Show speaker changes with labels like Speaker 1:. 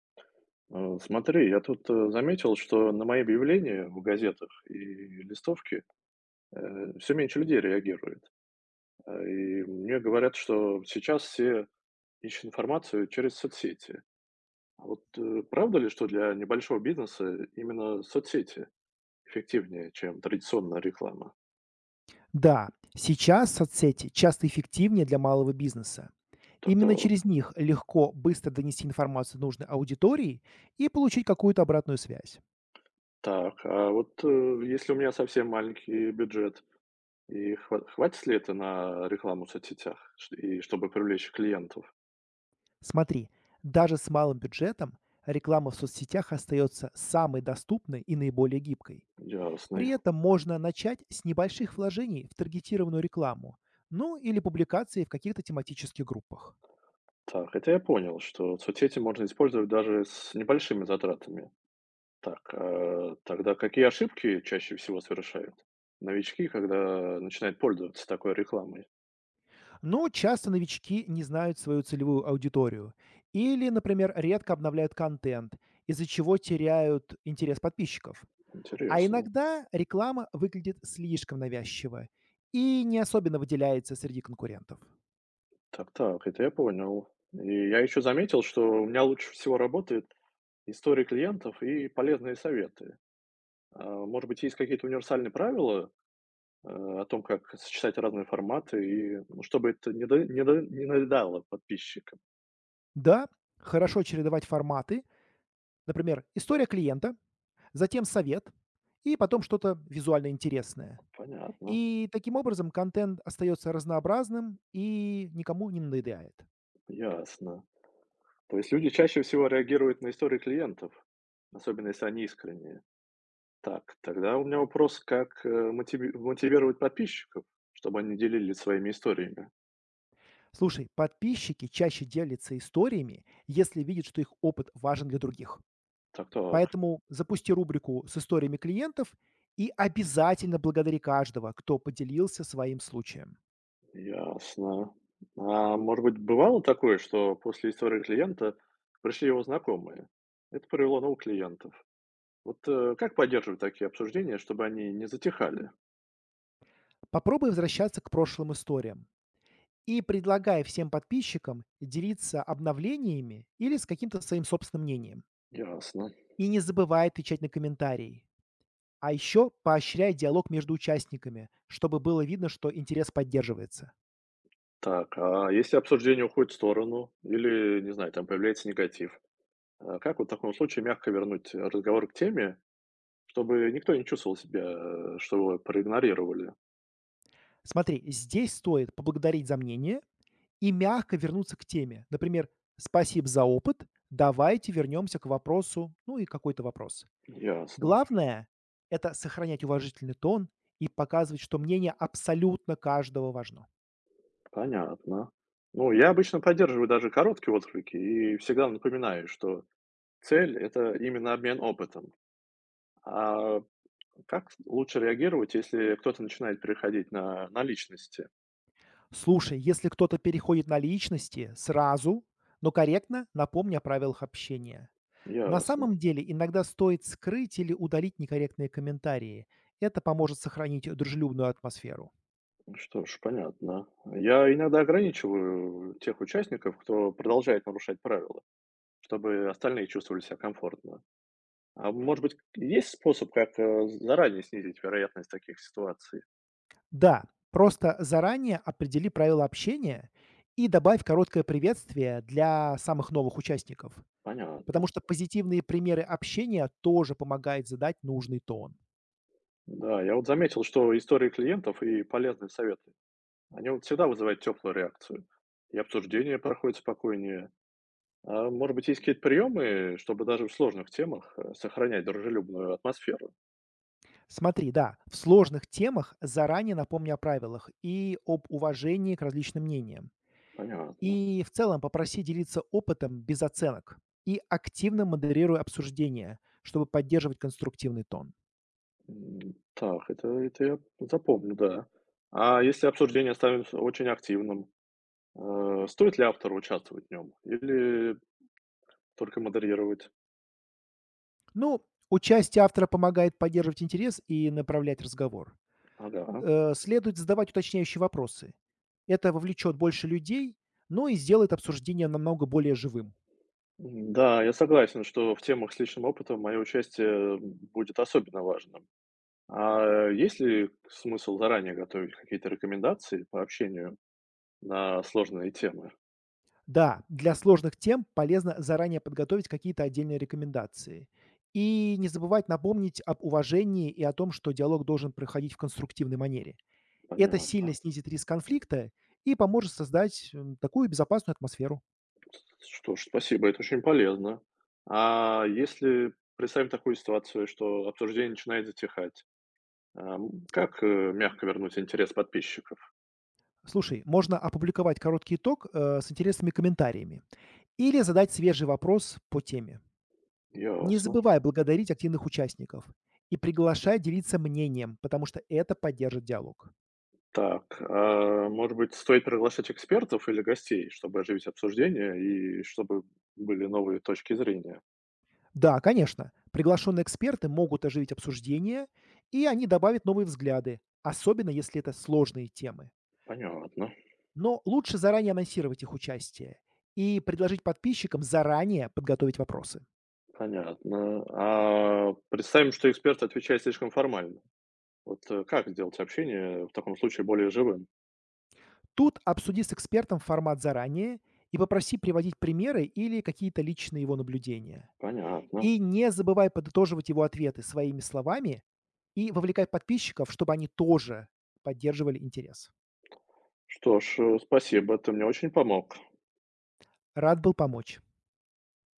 Speaker 1: Смотри, я тут заметил, что на мои объявления в газетах и листовке все меньше людей реагирует. И мне говорят, что сейчас все ищут информацию через соцсети. А вот правда ли, что для небольшого бизнеса именно соцсети эффективнее, чем традиционная реклама?
Speaker 2: Да, сейчас соцсети часто эффективнее для малого бизнеса. Именно
Speaker 1: Так-то
Speaker 2: через них легко быстро донести информацию нужной аудитории и получить какую-то обратную связь.
Speaker 1: так. А вот если у меня совсем маленький бюджет, и хватит ли это на рекламу в соцсетях, и чтобы привлечь клиентов?
Speaker 2: Смотри, даже с малым бюджетом реклама в соцсетях остается самой доступной и наиболее гибкой.
Speaker 1: Ясно.
Speaker 2: При этом можно начать с небольших вложений в таргетированную рекламу, ну или публикации в каких-то тематических группах.
Speaker 1: Так, это я понял, что соцсети можно использовать даже с небольшими затратами. Так, а тогда какие ошибки чаще всего совершают новички, когда начинают пользоваться такой рекламой?
Speaker 2: Но часто новички не знают свою целевую аудиторию или, например, редко обновляют контент, из-за чего теряют интерес подписчиков. А
Speaker 1: Интересно.
Speaker 2: иногда реклама выглядит слишком навязчиво и не особенно выделяется среди конкурентов.
Speaker 1: Так, так, это я понял. И я еще заметил, что у меня лучше всего работает история клиентов и полезные советы. А, может быть, есть какие-то универсальные правила о том, как сочетать разные форматы, и ну, чтобы это не надоедало подписчикам?
Speaker 2: Да, хорошо чередовать форматы. Например, история клиента, затем совет и потом что-то визуально интересное.
Speaker 1: Понятно,
Speaker 2: И таким образом контент остается разнообразным и никому не надоедает.
Speaker 1: ясно. То есть люди чаще всего реагируют на истории клиентов, особенно если они искренние. Так, тогда у меня вопрос, как мотивировать подписчиков, чтобы они делились своими историями.
Speaker 2: Слушай, подписчики чаще делятся историями, если видят, что их опыт важен для других.
Speaker 1: Так, так,
Speaker 2: Поэтому запусти рубрику с историями клиентов и обязательно благодари каждого, кто поделился своим случаем.
Speaker 1: ясно. А может быть, бывало такое, что после истории клиента пришли его знакомые? Это привело новых клиентов. Вот как поддерживать такие обсуждения, чтобы они не затихали?
Speaker 2: Попробуй возвращаться к прошлым историям. И предлагая всем подписчикам делиться обновлениями или с каким-то своим собственным мнением.
Speaker 1: Ясно.
Speaker 2: И не забывай отвечать на комментарии. А еще поощряй диалог между участниками, чтобы было видно, что интерес поддерживается.
Speaker 1: Так, а если обсуждение уходит в сторону или, не знаю, там появляется негатив? А как вот в таком случае мягко вернуть разговор к теме, чтобы никто не чувствовал себя, что его проигнорировали?
Speaker 2: Смотри, здесь стоит поблагодарить за мнение и мягко вернуться к теме. Например, спасибо за опыт, давайте вернемся к вопросу, ну и какой-то вопрос.
Speaker 1: Ясно,
Speaker 2: Главное– это сохранять уважительный тон и показывать, что мнение абсолютно каждого важно.
Speaker 1: понятно. Ну, я обычно поддерживаю даже короткие отклики и всегда напоминаю, что цель – это именно обмен опытом. А как лучше реагировать, если кто-то начинает переходить на личности?
Speaker 2: Слушай, если кто-то переходит на личности, сразу, но корректно напомни о правилах общения. На
Speaker 1: Ясно.
Speaker 2: самом деле иногда стоит скрыть или удалить некорректные комментарии. Это поможет сохранить дружелюбную атмосферу.
Speaker 1: Ну что ж, понятно. Я иногда ограничиваю тех участников, кто продолжает нарушать правила, чтобы остальные чувствовали себя комфортно. А может быть, есть способ, как, заранее снизить вероятность таких ситуаций?
Speaker 2: Да, просто заранее определи правила общения и добавь короткое приветствие для самых новых участников,
Speaker 1: Понятно.
Speaker 2: потому что позитивные примеры общения тоже помогают задать нужный тон.
Speaker 1: Да, я вот заметил, что истории клиентов и полезные советы, они вот всегда вызывают теплую реакцию. И обсуждение проходит спокойнее. А может быть, есть какие-то приемы, чтобы даже в сложных темах сохранять дружелюбную атмосферу?
Speaker 2: Смотри, да, в сложных темах заранее напомни о правилах и об уважении к различным мнениям.
Speaker 1: Понятно.
Speaker 2: И в целом попроси делиться опытом без оценок и активно модерируй обсуждение, чтобы поддерживать конструктивный тон.
Speaker 1: М, так, это я запомню, да. А если обсуждение становится очень активным, стоит ли автору участвовать в нем или только модерировать?
Speaker 2: Ну, участие автора помогает поддерживать интерес и направлять разговор.
Speaker 1: Ага.
Speaker 2: Следует задавать уточняющие вопросы. Это вовлечет больше людей, но и сделает обсуждение намного более живым.
Speaker 1: Да, я согласен, что в темах с личным опытом мое участие будет особенно важным. А есть ли смысл заранее готовить какие-то рекомендации по общению на сложные темы?
Speaker 2: Да, для сложных тем полезно заранее подготовить какие-то отдельные рекомендации. И не забывать напомнить об уважении и о том, что диалог должен проходить в конструктивной манере. Это сильно
Speaker 1: Понятно.
Speaker 2: снизит риск конфликта и поможет создать, такую безопасную атмосферу.
Speaker 1: Что ж, спасибо, это очень полезно. А если представим такую ситуацию, что обсуждение начинает затихать, ам, как, э, мягко вернуть интерес подписчиков?
Speaker 2: Слушай, можно опубликовать короткий итог, с интересными комментариями или задать свежий вопрос по теме. Не
Speaker 1: Ясно.
Speaker 2: забывай благодарить активных участников и приглашай делиться мнением, потому что это поддержит диалог.
Speaker 1: Так, а, может быть, стоит приглашать экспертов или гостей, чтобы оживить обсуждение и чтобы были новые точки зрения?
Speaker 2: Да, конечно. Приглашенные эксперты могут оживить обсуждение, и они добавят новые взгляды, особенно если это сложные темы.
Speaker 1: Понятно,
Speaker 2: Но лучше заранее анонсировать их участие и предложить подписчикам заранее подготовить вопросы.
Speaker 1: понятно. А представим, что эксперт отвечает слишком формально. Вот как сделать общение в таком случае более живым?
Speaker 2: Тут обсуди с экспертом формат заранее и попроси приводить примеры или какие-то личные его наблюдения.
Speaker 1: Понятно.
Speaker 2: И не забывай подытоживать его ответы своими словами и вовлекай подписчиков, чтобы они тоже поддерживали интерес.
Speaker 1: Что ж, спасибо, ты мне очень помог.
Speaker 2: Рад был помочь.